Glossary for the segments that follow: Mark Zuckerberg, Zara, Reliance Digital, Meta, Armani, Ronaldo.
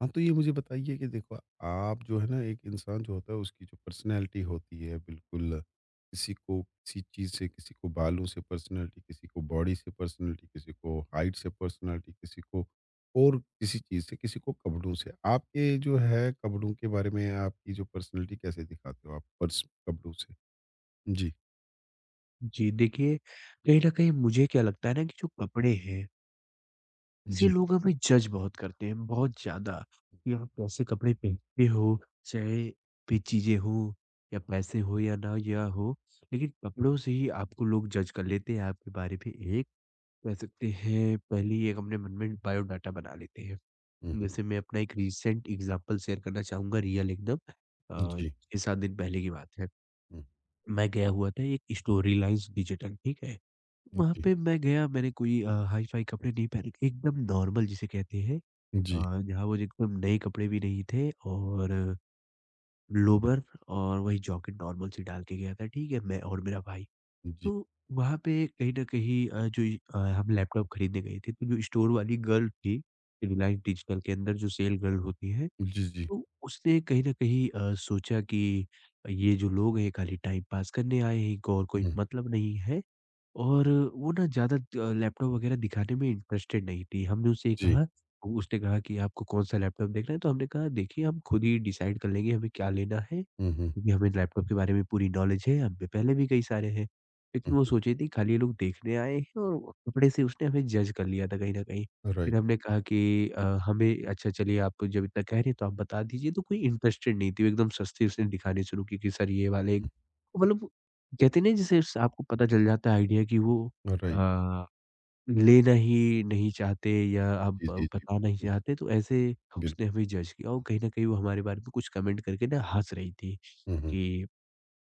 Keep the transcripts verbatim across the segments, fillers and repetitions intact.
हाँ, तो ये मुझे बताइए कि देखो। आप जो है ना, एक इंसान जो होता है उसकी जो पर्सनैलिटी होती है, बिल्कुल। किसी को किसी चीज़ से, किसी को बालों से पर्सनैलिटी, किसी को बॉडी से पर्सनैलिटी, किसी को हाइट से पर्सनैलिटी, किसी को और किसी चीज़ से, किसी को कपड़ों से। आपके जो है कपड़ों के बारे में आपकी जो पर्सनैलिटी, कैसे दिखाते हो आप? पर्स कपड़ों से। जी। जी, देखिए, कहीं न कहीं मुझे क्या लगता है ना कि जो कपड़े हैं, से जी। लोग हमें जज बहुत करते हैं, बहुत ज़्यादा, कि आप कैसे कपड़े पहनते हो, चाहे पे चीज़ें हों या पैसे हो या ना या हो, लेकिन कपड़ों से ही आपको लोग जज कर लेते हैं, आपके बारे में एक कह सकते हैं, पहली एक अपने मन में बायोडाटा बना लेते हैं। हम्म, हम्म। वैसे मैं अपना एक रीसेंट एग्ज़ाम्पल शेयर करना चाहूँगा, रियल एकदम अ, जी। छह-सात दिन पहले की बात है। हम्म। मैं गया हुआ था एक स्टोरी लाइन्स डिजिटल, ठीक है? वहाँ जी। पे मैं गया, मैंने कोई अ, हाई-फ़ाई कपड़े नहीं पहने, एकदम नॉर्मल जिसे कहते हैं जी। अ, जहाँ वो एकदम नए कपड़े भी नहीं थे, और लोवर और वही जैकेट नॉर्मल सी डाल के गया था, ठीक है? मैं और मेरा भाई। जी। तो वहाँ पे कहीं न कहीं अ, जो इ अ, हम लैपटॉप खरीदने गए थे, तो जो स्टोर वाली गर्ल थी, रिलायंस डिजिटल के अंदर जो सेल गर्ल होती है, जी। जी। तो उसने कहीं न कहीं अ, सोचा कि ये जो लोग हैं, ये खाली टाइम पास करने आए हैं, इनको और कोई हम्म। मतलब नहीं है। और वो ना ज़्यादा अ, लैपटॉप वगैरह दिखाने में इंटरेस्टेड नहीं थी। हमने उससे ये जी। कहा, उसने कहा कि आपको कौन-सा लैपटॉप देखना है? तो हमने कहा देखिए, हम खुद ही डिसाइड कर लेंगे हमें क्या लेना है, हम्म। हम्म। क्योंकि हमें लैपटॉप के बारे में पूरी नॉलेज है, हम पे पहले भी कई सारे हैं। लेकिन वो हम्म। सोचे थे खाली ये लोग देखने आए हैं, और वो कपड़े से उसने हमें जज कर लिया था कहीं न कहीं। फिर राइट। हमने कहा कि अ, हमें अच्छा चलिए, आप जब इतना कह रहे हैं तो आप बता दीजिए, तो कोई इंटरेस्टेड नहीं थी, वो एकदम सस्ते उसने दिखाने शुरू की कि सर ये वाले, हम्म। मतलब कहते हैं ना जैसे स आपको पता चल जाता है आइडिया कि वो राइट। अ, लेना ही नहीं चाहते या आप जी, जी, जी। बताना नहीं बिल्कुल। चाहते, तो ऐसे बिल्कुल। उसने हमें जज किया, और कहीं न कहीं वो हमारे बारे में कुछ कमेंट करके ना हँस रही थी हुँ, हुँ, कि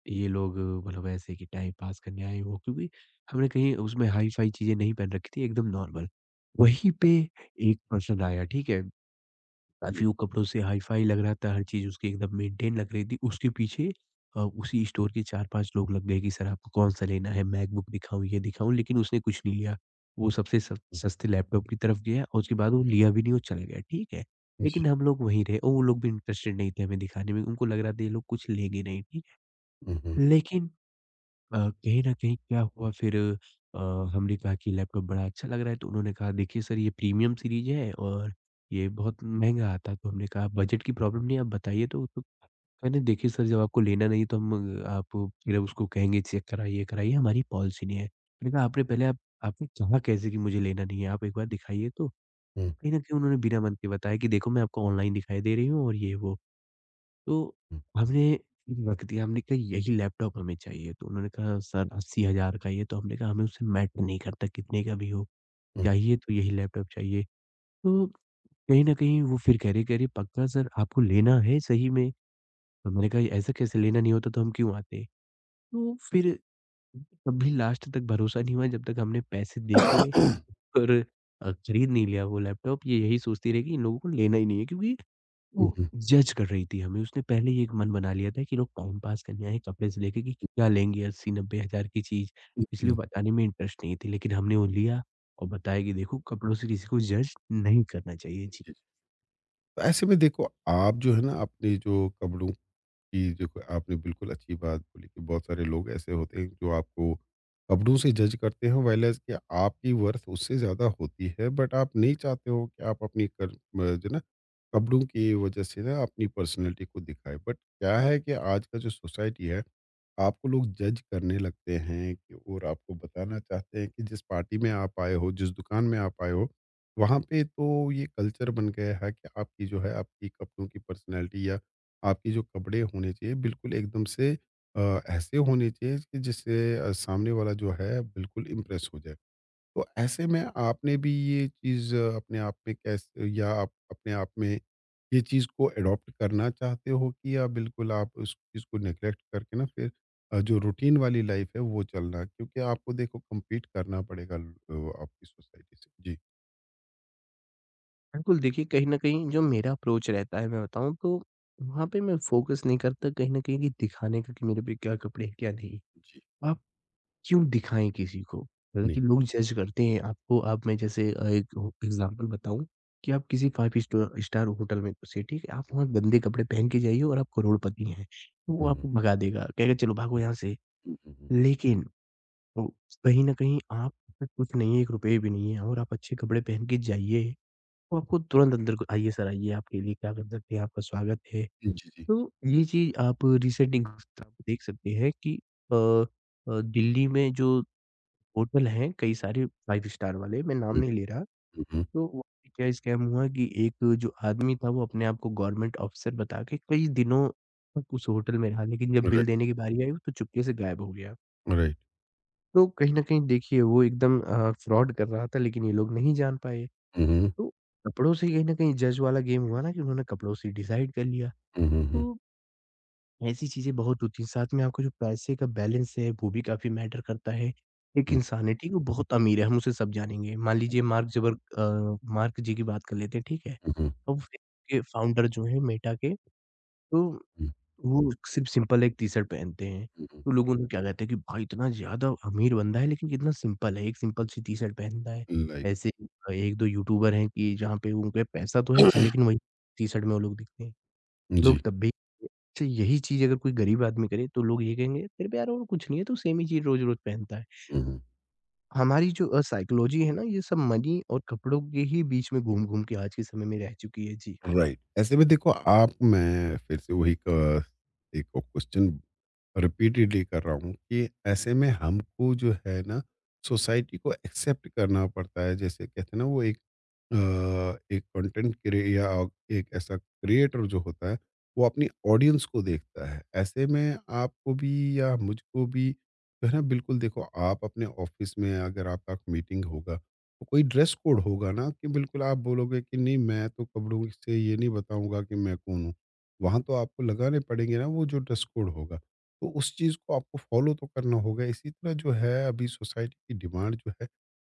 ये लोग, मतलब ऐसे कि टाइम पास करने आए हो, क्योंकि हमने कहीं उसमें हाई-फाई चीज़ें नहीं पहन रखी थी, एकदम नॉर्मल। वहीं पे एक पर्सन आया, ठीक है? हुँ, काफ़ी वो कपड़ों से हाई-फाई लग रहा था, हर चीज़ उसकी एकदम मेंटेन लग रही थी। उसके पीछे अ, उसी स्टोर के चार-पाँच लोग लग गए कि सर आपको कौन-सा लेना है, मैकबुक दिखाऊँ, ये दिखाऊँ, लेकिन उसने कुछ नहीं लिया। वो सबसे सस हुँ। सस्ते लैपटॉप की तरफ गया, और उसके बाद वो लिया भी नहीं, वो चला गया, ठीक है। जी। लेकिन हम लोग वहीं रहे, और वो लोग भी इंटरेस्टेड नहीं थे हमें दिखाने में, उनको लग रहा था ये लोग कुछ लेंगे नहीं, ठीक हुँ, हुँ, है। लेकिन अ, कहीं न कहीं क्या हुआ फिर, अ, हमने कहा कि लैपटॉप बड़ा अच्छा लग रहा है, तो उन्होंने कहा देखिए सर, ये प्रीमियम सीरीज है और ये बहुत महँगा आता है। तो हमने कहा बजट की प्रॉब्लम नहीं है, आप बताइए। तो तो कहने देखिए सर, जब आपको लेना नहीं है तो हम, अ, आप फिर उसको कहेंगे चेक कराइए, कराइए, हमारी पॉलिसी नहीं है। मैंने कहा, आपने पहले आप आपने कहा कैसे कि मुझे लेना नहीं है? आप एक बार दिखाइए तो। हुँ, कहीं न कहीं उन्होंने बिना मन के बताया कि देखो, मैं आपको ऑनलाइन दिखाई दे रही हूँ और ये वो। तो हुँ, हुँ। हमने वक़्त दिया, हमने कहा यही लैपटॉप हमें चाहिए। तो उन्होंने कहा सर अस्सी हज़ार का ही है, तो हमने कहा हमें उससे मैटर नहीं करता कितने का भी हो, हुँ, हुँ। चाहिए तो यही लैपटॉप चाहिए। तो कहीं न कहीं वो फिर कह रहे कह रहे, पक्का सर आपको लेना है सही में? तो हमने कहा ऐसा कैसे, लेना नहीं होता तो हम क्यों आते? तो फिर तब भी लास्ट तक भरोसा नहीं हुआ जब तक हमने पैसे दे के और अ, खरीद नहीं लिया वो लैपटॉप। ये यही सोचती रही कि इन लोगों को लेना ही नहीं है, क्योंकि वो जज कर रही थी हमें, उसने पहले ही एक मन बना लिया था कि लोग टाइम पास करने आए हैं कपड़े से लेके, कि क्या लेंगे अस्सी-नब्बे हज़ार की चीज़, जी, इसलिए वो बताने में इंटरेस्ट नहीं थी। लेकिन हमने वो लिया और बताया कि देखो, कपड़ों से किसी को जज नहीं करना चाहिए। जी। जी। तो ऐसे में देखो, आप जो है ना अपने जो कपड़ों। जी। जो को- आपने बिल्कुल अच्छी बात बोली कि बहुत सारे लोग ऐसे होते हैं जो आपको कपड़ों से जज करते हैं, वाइल्स कि आपकी वर्थ उससे ज़्यादा होती है, बट आप नहीं चाहते हो कि आप अपनी कर अ, जो ना कपड़ों की वजह से ना अपनी पर्सनैलिटी को दिखाए। बट क्या है कि आज का जो सोसाइटी है, आपको लोग जज करने लगते हैं कि, और आपको बताना चाहते हैं कि जिस पार्टी में आप आए हो, जिस दुकान में आप आए हो, वहाँ पे तो ये कल्चर बन गया है कि आपकी जो है आपकी कपड़ों की पर्सनैलिटी, या आपके जो कपड़े होने चाहिए बिल्कुल एकदम से अ, ऐसे होने चाहिए कि जिससे अ, सामने वाला जो है बिल्कुल इम्प्रेस हो जाए। तो ऐसे में आपने भी ये चीज़ अ, अपने आप में कैसे, या आप अपने आप में ये चीज़ को अडॉप्ट करना चाहते हो कि, या बिल्कुल आप उस चीज़ को नेगलेक्ट करके ना फिर अ, जो रूटीन वाली लाइफ़ है वो चलना, क्योंकि आपको देखो कम्पीट करना पड़ेगा ल अ, आपकी सोसाइटी से। जी। बिल्कुल, देखिए कहीं न कहीं जो मेरा अप्रोच रहता है, मैं बताऊँ तो, वहाँ पे मैं फ़ोकस नहीं करता कहीं न कहीं, कि दिखाने का, कि मेरे पे क्या कपड़े हैं, क्या नहीं। जी। क्यों दिखाएँ किसी को? नहीं। हालाँकि लोग जज करते हैं आपको। आप, मैं जैसे अ, एक हो एग्ज़ाम्पल बताऊँ कि आप किसी पाँच स्टो स्टार होटल में घुसे, ठीक है? आप वहाँ गंदे कपड़े पहन के जाइए और आप करोड़पति हैं, तो वो हुँ, आपको हुँ। भगा देगा, कहेगा चलो भागो यहाँ से। हुँ, हुँ, हुँ। लेकिन वो कहीं न कहीं आप पे कुछ नहीं है, ₹एक रुपया भी नहीं है और आप अच्छे कपड़े पहन के जाइए, वो आपको तुरंत अंदर को, आइए सर आइए, आपके लिए क्या कर सकते हैं, आपका स्वागत है। जी, जी। तो ये चीज़ आप रिसेंट एग्ज़ाम्पल देख सकते हैं कि अ अ, दिल्ली में जो होटल हैं कई सारे पाँच स्टार वाले, मैं नाम हुँ, नहीं ले रहा। हुँ, हुँ। तो वहाँ पे क्या स्कैम हुआ कि एक जो आदमी था, वो अपने आप को गवर्नमेंट ऑफिसर बता के कई दिनों तक उस होटल में रहा, लेकिन हुँ, जब हुँ। बिल राइट, देने की बारी आई, वो तो चुपके से गायब हो गया। राइट। तो कहीं न कहीं देखिए, वो एकदम अ, फ्रॉड कर रहा था, लेकिन ये लोग नहीं जान पाए। हुँ, हुँ। तो कपड़ों से कहीं न कहीं जज वाला गेम हुआ ना, कि उन्होंने कपड़ों से डिसाइड कर लिया। हुँ, हुँ, हुँ। तो ऐसी चीज़ें बहुत होती हैं, साथ में आपका जो पैसे का बैलेंस है, वो भी काफ़ी मैटर करता है। एक हुँ, इंसान है, ठीक है? वो बहुत अमीर है, हम उसे सब जानेंगे। मान लीजिए मार्क ज़बर अ, मार्क जी की बात कर लेते हैं, ठीक है? हुँ, हुँ, तो फ़ेसबुक के फाउंडर जो हैं मेटा के, तो वो सिर्फ़ सिंपल एक टी-शर्ट पहनते हैं। हुँ, हुँ, तो लोग उन्हें क्या कहते हैं कि भाई इतना ज़्यादा अमीर बंदा है, लेकिन कितना सिंपल है, एक सिंपल सी टी-शर्ट पहनता है। हुँ। लाइक। ऐसे ही अ, एक-दो यूट्यूबर हैं कि जहाँ पे उनपे पैसा तो है अच्छा, लेकिन वही टी-शर्ट में वो लोग दिखते हैं। लोग जी। तब भी, अच्छा यही चीज़ अगर कोई गरीब आदमी करे, तो लोग ये कहेंगे तेरे पे यार और कुछ नहीं है, तू सेम ही चीज़ रोज़-रोज़ पहनता है। हुँ, हुँ। हमारी जो अ, साइकोलॉजी है ना, ये सब मनी और कपड़ों के ही बीच में घूम-घूम के आज के समय में रह चुकी है। जी। राइट। ऐसे में देखो, आप मैं फिर से वही क एक क्वेश्चन रिपीटेडली कर रहा हूँ कि ऐसे में हमको जो है ना सोसाइटी को एक्सेप्ट करना पड़ता है। जैसे कहते हैं ना, वो एक अ, एक कंटेंट क्रिए या एक ऐसा क्रिएटर जो होता है, वो अपनी ऑडियंस को देखता है। ऐसे में आपको भी या मुझको भी जो है ना, बिल्कुल देखो आप अपने ऑफ़िस में अगर आपका मीटिंग होगा, तो कोई ड्रेस कोड होगा ना कि बिल्कुल आप बोलोगे कि नहीं मैं तो कपड़ों से ये नहीं बताऊँगा कि मैं कौन हूँ। वहाँ तो आपको लगाने पड़ेंगे ना वो जो ड्रेस कोड होगा। तो उस चीज़ को आपको फ़ॉलो तो करना होगा। इसी तरह जो है अभी सोसाइटी की डिमांड जो है,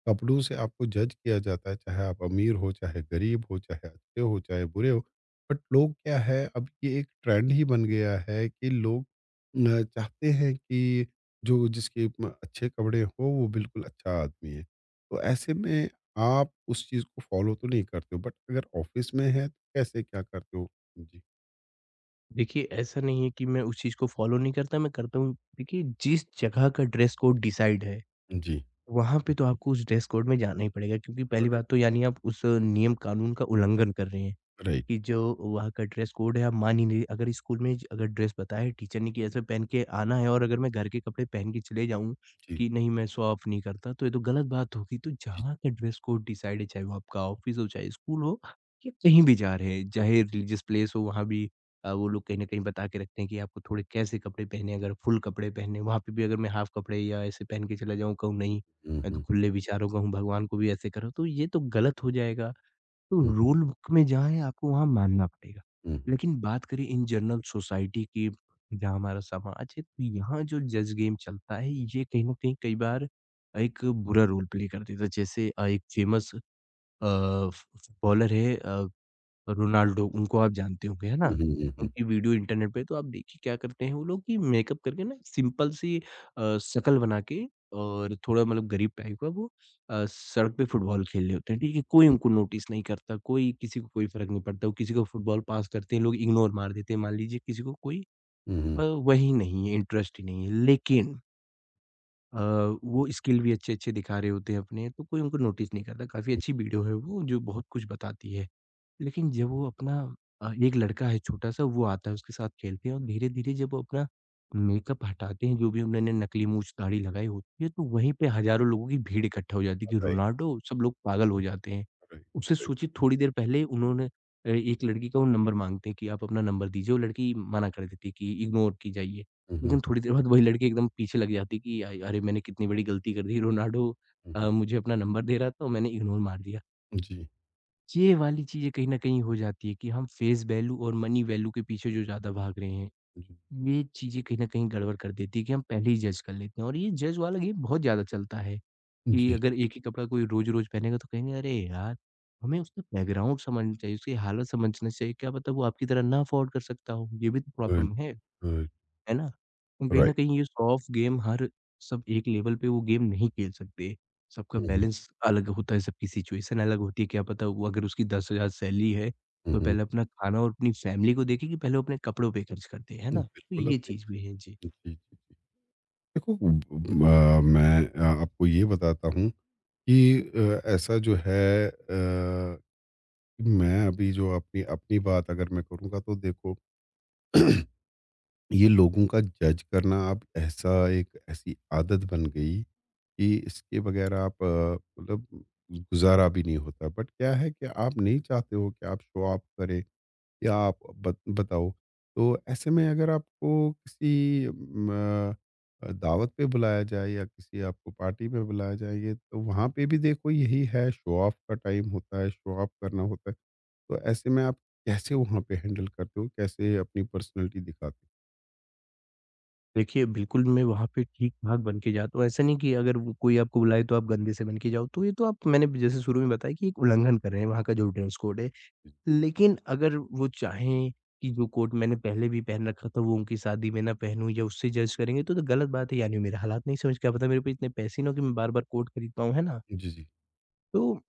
कपड़ों से आपको जज किया जाता है, चाहे आप अमीर हो, चाहे गरीब हो, चाहे अच्छे हो, चाहे बुरे हो। बट लोग क्या है, अब ये एक ट्रेंड ही बन गया है कि लोग अ, चाहते हैं कि जो जिसके म अच्छे कपड़े हो, वो बिल्कुल अच्छा आदमी है। तो ऐसे में आप उस चीज़ को फ़ॉलो तो नहीं करते हो, बट अगर ऑफ़िस में है, तो कैसे क्या करते हो? जी। देखिए ऐसा नहीं है कि मैं उस चीज़ को फ़ॉलो नहीं करता, मैं करता हूँ। देखिए जिस जगह का ड्रेस कोड डिसाइड है, जी। वहाँ पे तो आपको उस ड्रेस कोड में जाना ही पड़ेगा, क्योंकि पहली राइट, बात तो यानी आप उस नियम कानून का उल्लंघन कर रहे हैं। राइट। कि जो वहाँ का ड्रेस कोड है, आप मान ही नहीं। अगर स्कूल में ज- अगर ड्रेस बताया टीचर ने कि ऐसे पहन के आना है, और अगर मैं घर के कपड़े पहन के चले जाऊँ जी, कि नहीं, मैं शो ऑफ नहीं करता, तो ये तो गलत बात होगी। तो जी। जहाँ का ड्रेस कोड डिसाइड है, चाहे वो आपका ऑफिस हो, चाहे स्कूल हो, या कहीं भी जा रहे हैं चाहे रिलीजियस प्लेस हो, वहाँ भी अ, वो लोग कहीं ना कहीं बता के रखते हैं कि आपको थोड़े कैसे कपड़े पहने हैं, अगर फुल कपड़े पहने, वहाँ पे भी अगर मैं हाफ कपड़े या ऐसे पहन के चला जाऊँ, कहूँ नहीं हुँ, मैं तो हुँ, खुले विचारों का हूँ, भगवान को भी ऐसे करो, तो ये तो गलत हो जाएगा। तो हुँ, रूल बुक में जहाँ है, आपको वहाँ मानना पड़ेगा। हुँ, हुँ। लेकिन बात करें इन जनरल सोसाइटी की, जहाँ हमारा समाज है, तो यहाँ जो जज गेम चलता है ये कहीं न कहीं कई बार एक बुरा रोल प्ले कर देता है। जैसे अ, एक फ़ेमस अ, फ फुटबॉलर है अ रोनाल्डो, उनको आप जानते होंगे, है ना? हुँ, हुँ, हुँ, हुँ, उनकी वीडियो इंटरनेट पे तो आप देखिए क्या करते हैं वो लोग, कि मेकअप करके ना सिंपल सी अ, शकल बना के और थोड़ा मतलब गरीब टाइप का, वो अ, सड़क पे फुटबॉल खेल रहे होते हैं, ठीक है? कोई हुँ, उनको नोटिस नहीं करता, कोई किसी को कोई फ़र्क नहीं पड़ता, वो किसी को फुटबॉल पास करते हैं, लोग इग्नोर मार देते हैं। मान लीजिए किसी को कोई हुँ, अ, हुँ, वही नहीं है, इंटरेस्ट ही नहीं है, लेकिन अ, वो स्किल भी अच्छे-अच्छे दिखा रहे होते हैं अपने, तो कोई उनको नोटिस नहीं करता। काफ़ी हुँ। अच्छी वीडियो है वो जो बहुत कुछ बताती है। लेकिन जब वो अपना अ, एक लड़का है छोटा-सा, वो आता है, उसके साथ खेलते हैं, और धीरे-धीरे जब वो अपना मेकअप हटाते हैं, जो भी उन्होंने नकली मूंछ दाढ़ी लगाई होती है, तो वहीं पे हज़ारों लोगों की भीड़ इकट्ठा हो जाती है कि राइट, रोनाल्डो। सब लोग पागल हो जाते हैं। राइट, उससे राइट। सोचिए, थोड़ी देर पहले उन्होंने अ, एक लड़की का वो नंबर माँगते हैं कि आप अपना नंबर दीजिए, वो लड़की मना कर देती है कि इग्नोर की जाइए। हुँ, हुँ, लेकिन थोड़ी देर बाद वही लड़की एकदम पीछे लग जाती है कि अ, अरे, मैंने कितनी बड़ी गलती कर दी, रोनाल्डो हुँ, अ, हुँ। मुझे अपना नंबर दे रहा था और मैंने इग्नोर मार दिया। जी, ये वाली चीज़ें कहीं न कहीं हो जाती है कि हम फेस वैल्यू और मनी वैल्यू के पीछे जो ज़्यादा भाग रहे हैं, जी, ये चीज़ें कहीं न कहीं गड़बड़ कर देती है कि हम पहले ही जज कर लेते हैं। और ये जज वाला गेम बहुत ज़्यादा चलता है कि जी। अगर एक ही कपड़ा कोई रोज़-रोज़ पहनेगा, तो कहेंगे, "अरे यार! हमें उसका बैकग्राउंड समझना चाहिए, उसकी हालत समझना चाहिए, क्या पता वो आपकी तरह ना अफ़ोर्ड कर सकता हो।" ये भी तो राइट, प्रॉब्लम है। राइट, है ना? हम कहीं न राइट। कहीं ये सॉफ्ट गेम हर सब एक लेवल पे वो गेम नहीं खेल सकते। सबका हुँ, हुँ, बैलेंस अलग होता है, सबकी सिचुएशन अलग होती है, क्या पता वो, अगर उसकी दस हज़ार सैलरी है, हुँ, तो हुँ। पहले अपना खाना और अपनी फैमिली को देखे कि पहले वो अपने कपड़ों पे खर्च करते हैं, है ना? तो बिल्कुल ये आपने। चीज़ भी है। जी। जी, जी, जी। देखो म अ, मैं अ, आपको ये बताता हूँ कि अ, ऐसा जो है अ, मैं अभी जो अपनी अपनी बात अगर मैं करूँगा तो देखो ये लोगों का जज करना अब ऐसा एक ऐसी आदत बन गई कि इसके बगैर आप अ, मतलब गुज़ारा भी नहीं होता। बट क्या है कि आप नहीं चाहते हो कि आप शो ऑफ करें या आप बत बताओ। तो ऐसे में अगर आपको किसी उम, अ, दावत पे बुलाया जाए या किसी आपको पार्टी में बुलाया जाए, तो वहाँ पे भी देखो यही है शो ऑफ का टाइम होता है, शो ऑफ करना होता है। तो ऐसे में आप कैसे वहाँ पे हैंडल करते हो? कैसे अपनी पर्सनैलिटी दिखाते हो? देखिए, बिल्कुल मैं वहाँ पे ठीक-ठाक बन के जाता हूँ, ऐसा नहीं कि अगर वो कोई आपको बुलाए तो आप गंदे से बन के जाओ, तो ये तो आप, मैंने जैसे शुरू में बताया, कि एक उल्लंघन कर रहे हैं वहाँ का जो ड्रेस कोड है। लेकिन अगर वो चाहें कि जो कोट मैंने पहले भी पहन रखा था वो उनकी शादी में ना पहनूँ, या उससे जज करेंगे, तो तो गलत बात है, यानी मेरा हालात नहीं समझ, क्या पता मेरे पे इतने पैसे ना हो कि मैं बार-बार कोट खरीद पाऊँ, है ना? जी, जी। तो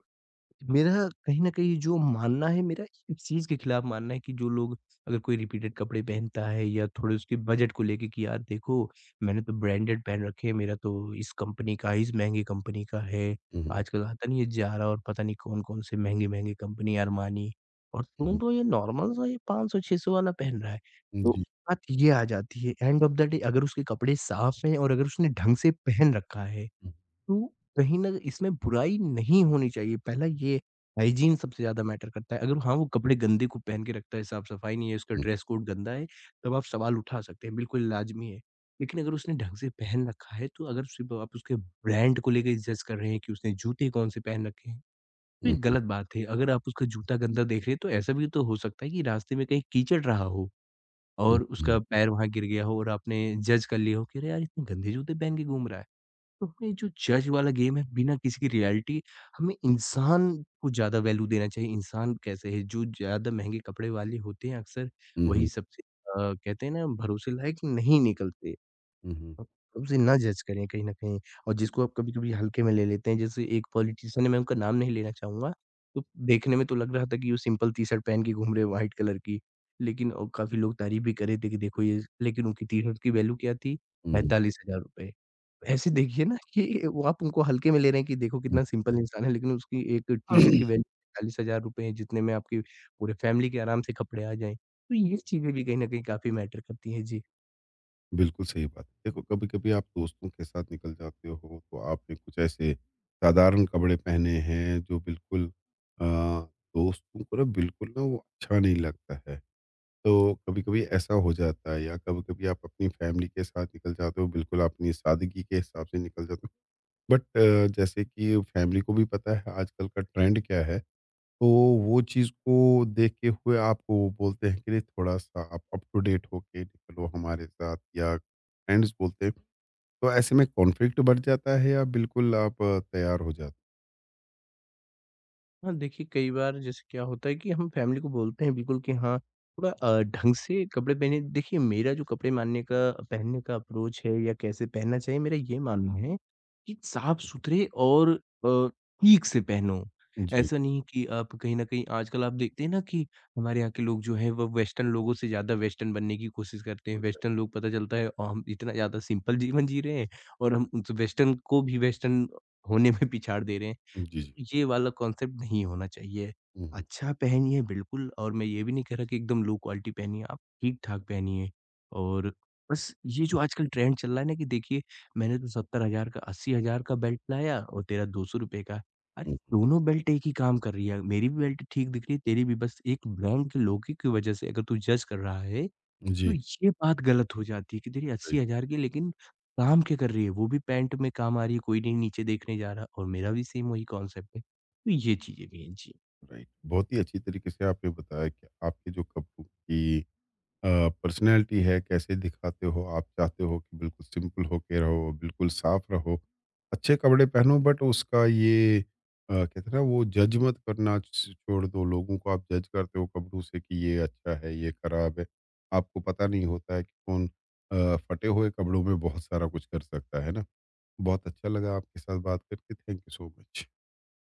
मेरा कहीं न कहीं जो मानना है, मेरा इस चीज़ के खिलाफ मानना है कि जो लोग, अगर कोई रिपीटेड कपड़े पहनता है, या थोड़े उसके बजट को लेके कि यार देखो, मैंने तो ब्रांडेड पहन रखे हैं, मेरा तो इस कंपनी का है, इस महँगी कंपनी का है। हुँ, हुँ, आजकल आता नहीं है ज़ारा और पता नहीं कौन-कौन से महँगी-महँगी कंपनी अरमानी, और हुँ, तुम हुँ। तो ये नॉर्मल सा ये पाँच सौ छह सौ वाला पहन रहा है। तो जी। बात ये आ जाती है, एंड ऑफ द डे, अगर उसके कपड़े साफ़ हैं और अगर उसने ढंग से पहन रखा है, हुँ, तो कहीं न इसमें बुराई नहीं होनी चाहिए। पहला ये, हाइजीन सबसे ज़्यादा मैटर करता है। अगर हाँ, वो कपड़े गंदे खूब पहन के रखता है, साफ-सफाई नहीं है, उसका हुँ, ड्रेस कोड गंदा है, तब आप सवाल उठा सकते हैं, बिल्कुल लाज़मी है। लेकिन अगर उसने ढंग से पहन रखा है, तो अगर सिर्फ़ आप उसके ब्रांड को लेके जज कर रहे हैं कि उसने जूते कौन-से पहन रखे हैं, तो ये हुँ, हुँ, गलत बात है। अगर आप उसका जूता गंदा देख रहे हैं, तो ऐसा भी तो हो सकता है कि रास्ते में कहीं कीचड़ रहा हो और उसका हुँ, पैर वहाँ गिर गया हो, और आपने जज कर लिया हो कि, "अरे यार, इतने गंदे जूते पहन के घूम रहा है।" तो ये जो जज वाला गेम है, बिना किसी की रियलिटी, हमें इंसान को ज़्यादा वैल्यू देना चाहिए। इंसान कैसे है? जो ज़्यादा महँगे कपड़े वाले होते हैं, अक्सर हुँ, वही हुँ, सबसे अ, कहते हैं ना, भरोसे लायक नहीं निकलते। हुँ, आप उसे ना जज करें कहीं न कहीं। और जिसको आप कभी-कभी हल्के में ले लेते हैं, जैसे एक पॉलिटिशियन है, मैं उनका नाम नहीं लेना चाहूँगा, तो देखने में तो लग रहा था कि वो सिंपल टी-शर्ट पहन के घूम रहे हैं, व्हाइट कलर की। लेकिन, और काफ़ी लोग तारीफ़ भी कर रहे थे कि देखो ये, लेकिन उनकी टी-शर्ट की वैल्यू क्या थी? हुँ, ₹पैंतालीस हज़ार रुपए। ऐसे देखिए ना कि वो आप उनको हल्के में ले रहे हैं कि देखो हुँ, कितना सिंपल इंसान है, लेकिन उसकी एक टी-शर्ट हुँ। की वैल्यू ₹पैंतालीस हज़ार रुपए है, जितने में आपकी पूरे फैमिली के आराम से कपड़े आ जाएँ। तो ये चीज़ें भी कहीं न कहीं काफ़ी मैटर करती हैं। जी। बिल्कुल सही बात है। देखो कभी-कभी आप दोस्तों के साथ निकल जाते हो, तो आपने कुछ ऐसे साधारण कपड़े पहने हैं जो बिल्कुल अ, दोस्तों को ना बिल्कुल ना वो अच्छा नहीं लगता है। तो कभी-कभी ऐसा हो जाता है, या कभी-कभी आप अपनी फैमिली के साथ निकल जाते हो, बिल्कुल अपनी सादगी के हिसाब से निकल जाते हो। बट अ, जैसे कि फैमिली को भी पता है आजकल का ट्रेंड क्या है। तो वो चीज़ को देखते हुए आपको वो बोलते हैं कि नहीं थोड़ा-सा आप अप टू डेट होके निकलो हमारे साथ, या फ्रेंड्स बोलते हैं। तो ऐसे में कॉन्फ्लिक्ट बढ़ जाता है या बिल्कुल आप अ, तैयार हो जाते हाँ, देखिए, कई बार जैसे क्या होता है कि हम फैमिली को बोलते हैं बिल्कुल कि हाँ, थोड़ा अ, ढंग से कपड़े पहने। देखिए, मेरा जो कपड़े मानने का, पहनने का अप्रोच है, या कैसे पहनना चाहिए, मेरा ये मानना है कि साफ-सुथरे और अ, ठीक से पहनो। हैं? जी। ऐसा नहीं कि आप कहीं न कहीं, आजकल आप देखते हैं ना कि हमारे यहाँ के लोग जो हैं वो वेस्टर्न लोगों से ज़्यादा वेस्टर्न बनने की कोशिश करते हैं। वेस्टर्न लोग, पता चलता है अ, हम इतना ज़्यादा सिंपल जीवन जी रहे हैं और हम उस वेस्टर्न को भी वेस्टर्न होने में पिछाड़ दे रहे हैं। जी, जी। ये वाला कॉन्सेप्ट नहीं होना चाहिए। हुँ, हुँ, अच्छा पहनिए बिल्कुल, और मैं ये भी नहीं कह रहा कि एकदम लो क्वालिटी पहनिए, आप ठीक-ठाक पहनिए। और बस ये जो आजकल ट्रेंड चल रहा है ना कि देखिए, मैंने तो सत्तर हज़ार का, अस्सी हज़ार का बेल्ट लाया, और तेरा दो सौ रुपए का। अरे! हुँ, दोनों बेल्ट एक ही काम कर रही है, मेरी भी बेल्ट ठीक दिख रही है, तेरी भी। बस एक ब्रांड के लोगो की वजह से अगर तू जज कर रहा है, हुँ। तो जी, ये बात गलत हो जाती है कि देखिए राइट, अस्सी हज़ार की, लेकिन काम क्या कर रही है? वो भी पैंट में काम आ रही है, कोई नहीं नीचे देखने जा रहा, और मेरा भी सेम वही कॉन्सेप्ट है। तो ये चीज़ें भी हैं। जी। राइट। बहुत ही अच्छी तरीके से आपने बताया कि आपके जो कपड़ों की पर्सनैलिटी है कैसे दिखाते हो, आप चाहते हो कि बिल्कुल सिंपल होके रहो, बिल्कुल साफ रहो, अच्छे कपड़े पहनो, बट उसका ये अ, कहते हैं ना वो जज मत करना, छ- छोड़ दो लोगों को, आप जज करते हो कपड़ों से कि ये अच्छा है, ये खराब है। आपको पता नहीं होता है कि कौन अ, फटे हुए कपड़ों में बहुत सारा कुछ कर सकता है ना। बहुत अच्छा लगा आपके साथ बात करके, थैंक यू सो मच।